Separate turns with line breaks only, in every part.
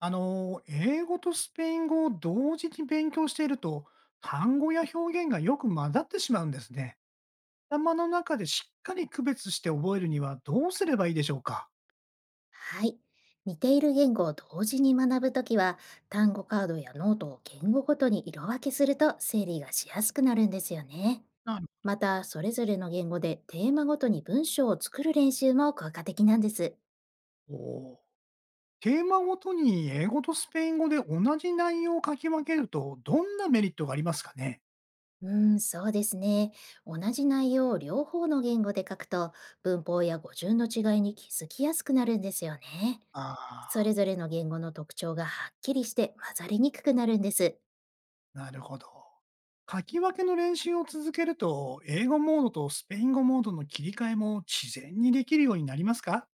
英語とスペイン語を同時に勉強していると、単語や表現がよく混ざってしまうんですね。頭の中でしっかり区別して覚えるにはどうすればいいでしょうか？
はい。似ている言語を同時に学ぶときは、単語カードやノートを言語ごとに色分けすると整理がしやすくなるんですよね。
なる
また、それぞれの言語でテーマごとに文章を作る練習も効果的なんです。
ほど。テーマごとに英語とスペイン語で同じ内容を書き分けると、どんなメリットがありますかね？
そうですね。同じ内容を両方の言語で書くと、文法や語順の違いに気づきやすくなるんですよね。そ
あ
れぞれの言語の特徴がはっきりして混ざりにくくなるんです。
あー、なるほど。書き分けの練習を続けると、英語モードとスペイン語モードの切り替えも自然にできるようになりますか？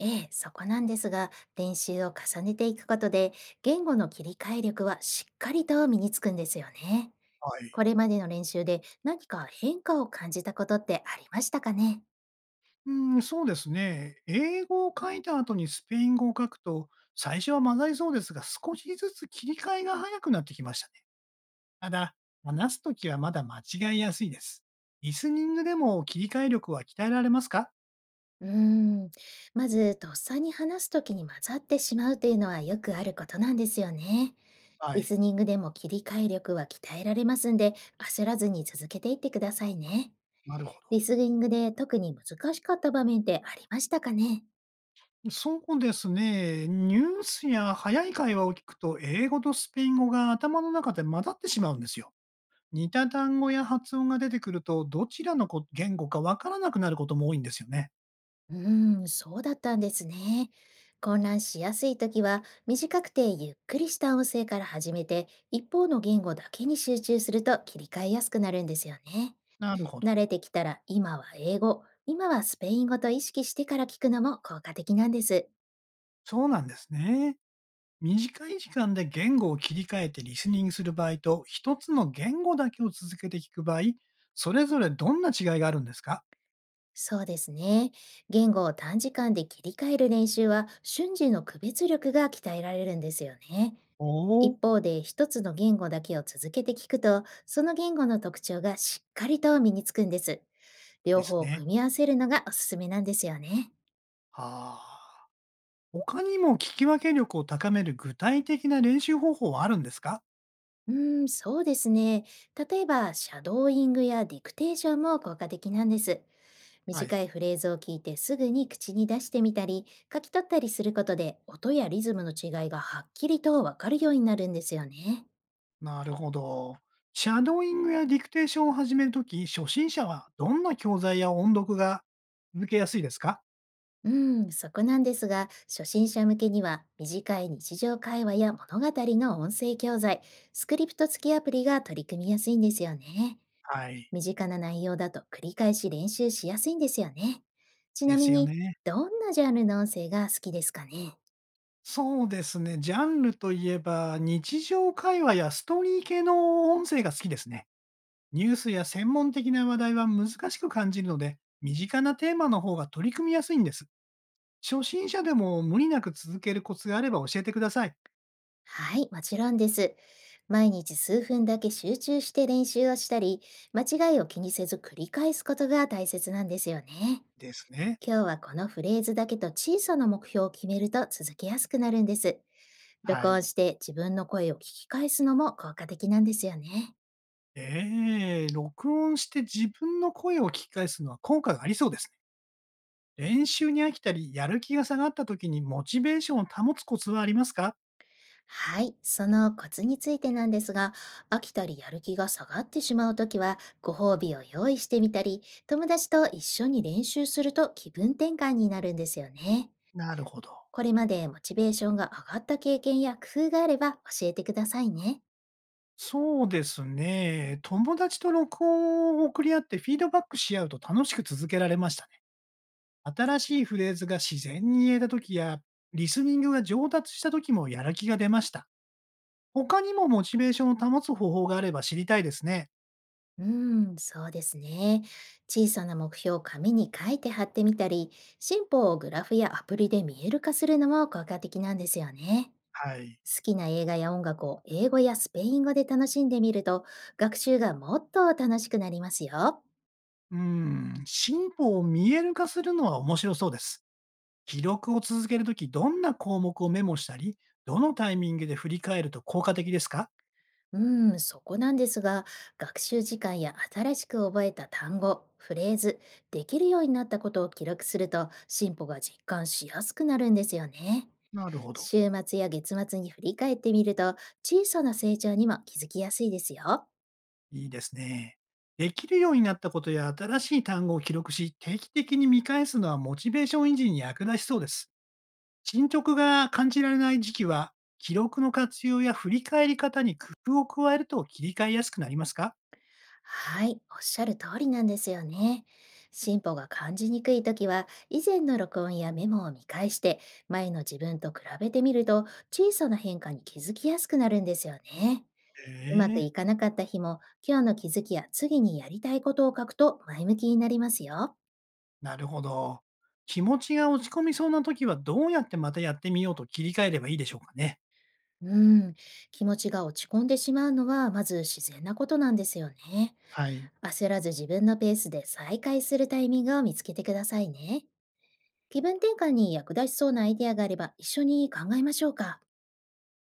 ええ、そこなんですが、練習を重ねていくことで、言語の切り替え力はしっかりと身につくんですよね。
はい。
これまでの練習で何か変化を感じたことってありましたかね？
うん、そうですね。英語を書いた後にスペイン語を書くと、最初は混ざりそうですが、少しずつ切り替えが早くなってきましたね。ただ、話すときはまだ間違いやすいです。リスニングでも切り替え力は鍛えられますか？
うーん、まず、とっさに話すときに混ざってしまうというのはよくあることなんですよね。
は
リ
い。
スニングでも切り替え力は鍛えられますんで、焦らずに続けていってくださいね。
なるほど。
リスニングで特に難しかった場面ってありましたかね？
そうですね。ニュースや早い会話を聞くと、英語とスペイン語が頭の中で混ざってしまうんですよ。似た単語や発音が出てくると、どちらの言語かわからなくなることも多いんですよね。
そうだったんですね。混乱しやすい時は、短くてゆっくりした音声から始めて、一方の言語だけに集中すると切り替えやすくなるんですよね。
なるほど。
慣れてきたら、今は英語、今はスペイン語と意識してから聞くのも効果的なんです。
そうなんですね。短い時間で言語を切り替えてリスニングする場合と、一つの言語だけを続けて聞く場合、それぞれどんな違いがあるんですか？
そうですね。言語を短時間で切り替える練習は、瞬時の区別力が鍛えられるんですよね。
おおー。
一方で一つの言語だけを続けて聞くと、その言語の特徴がしっかりと身につくんです。
で
両
す
方を
ね。
組み合わせるのがおすすめなんですよね。
はあ。他にも聞き分け力を高める具体的な練習方法はあるんですか？
そうですね。例えば、シャドーイングやディクテーションも効果的なんです。
は
短
い。
いフレーズを聞いてすぐに口に出してみたり、書き取ったりすることで、音やリズムの違いがはっきりとわかるようになるんですよね。
なるほど。シャドーイングやディクテーションを始めるとき、初心者はどんな教材や音読が続けやすいですか？
うん、そこなんですが、初心者向けには短い日常会話や物語の音声教材、スクリプト付きアプリが取り組みやすいんですよね。
はい。
身近な内容だと繰り返し練習しやすいんですよね。ち
で
なみ
すよ
に、
ね。
どんなジャンルの音声が好きですかね？
そうですね。ジャンルといえば、日常会話やストーリー系の音声が好きですね。ニュースや専門的な話題は難しく感じるので、身近なテーマの方が取り組みやすいんです。初心者でも無理なく続けるコツがあれば教えてください。
はい、もちろんです。毎日数分だけ集中して練習をしたり、間違いを気にせず繰り返すことが大切なんですよね。
ですね。
今日はこのフレーズだけと小さな目標を決めると続けやすくなるんです。
は
録音
い。
して自分の声を聞き返すのも効果的なんですよね。
録音して自分の声を聞き返すのは効果がありそうですね。練習に飽きたり、やる気が下がった時にモチベーションを保つコツはありますか？
はい。そのコツについてなんですが、飽きたりやる気が下がってしまうときは、ご褒美を用意してみたり、友達と一緒に練習すると気分転換になるんですよね。
なるほど。
これまでモチベーションが上がった経験や工夫があれば教えてくださいね。
そうですね。友達と録音を送り合ってフィードバックし合うと楽しく続けられましたね。新しいフレーズが自然に言えた時や、リスニングが上達した時もやる気が出ました。他にもモチベーションを保つ方法があれば知りたいですね。
そうですね。小さな目標を紙に書いて貼ってみたり、進歩をグラフやアプリで見える化するのも効果的なんですよね。
はい。
好きな映画や音楽を英語やスペイン語で楽しんでみると、学習がもっと楽しくなりますよ。
うん、進歩を見える化するのは面白そうです。記録を続けるとき、どんな項目をメモしたり、どのタイミングで振り返ると効果的ですか？
そこなんですが、学習時間や新しく覚えた単語、フレーズ、できるようになったことを記録すると、進歩が実感しやすくなるんですよね。
なるほど。
週末や月末に振り返ってみると、小さな成長にも気づきやすいですよ。
いいですね。できるようになったことや新しい単語を記録し、定期的に見返すのはモチベーション維持に役立ちそうです。進捗が感じられない時期は、記録の活用や振り返り方に工夫を加えると切り替えやすくなりますか？
はい、おっしゃる通りなんですよね。進歩が感じにくいときは、以前の録音やメモを見返して、前の自分と比べてみると、小さな変化に気づきやすくなるんですよね。うま
ええ。
くいかなかった日も、今日の気づきや次にやりたいことを書くと前向きになりますよ。
なるほど。気持ちが落ち込みそうな時はどうやってまたやってみようと切り替えればいいでしょうかね。
うん、気持ちが落ち込んでしまうのは、まず自然なことなんですよね。
はい。
焦らず自分のペースで再開するタイミングを見つけてくださいね。気分転換に役立ちそうなアイデアがあれば一緒に考えましょうか。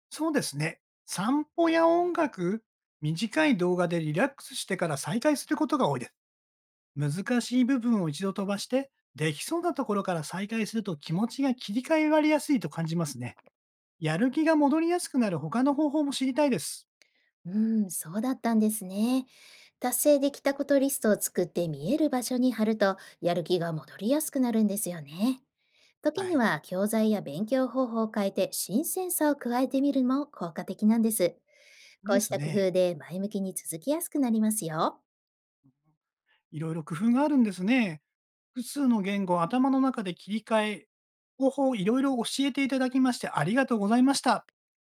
そうですね。散歩や音楽、短い動画でリラックスしてから再開することが多いです。難しい部分を一度飛ばして、できそうなところから再開すると気持ちが切り替えられやすいと感じますね。やる気が戻りやすくなる他の方法も知りたいです。
うん、そうだったんですね。達成できたことリストを作って見える場所に貼るとやる気が戻りやすくなるんですよね。
は
時に
い。
は教材や勉強方法を変えて新鮮さを加えてみるのも効果的なんです。こ
で
うし
す
た工
ね。
夫で前向きに続きやすくなりますよ。
いろいろ工夫があるんですね。複数の言語を頭の中で切り替え、方法をいろいろ教えていただきましてありがとうございました。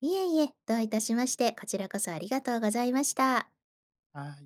いえいえ、どういたしまして、こちらこそありがとうございました。
はい。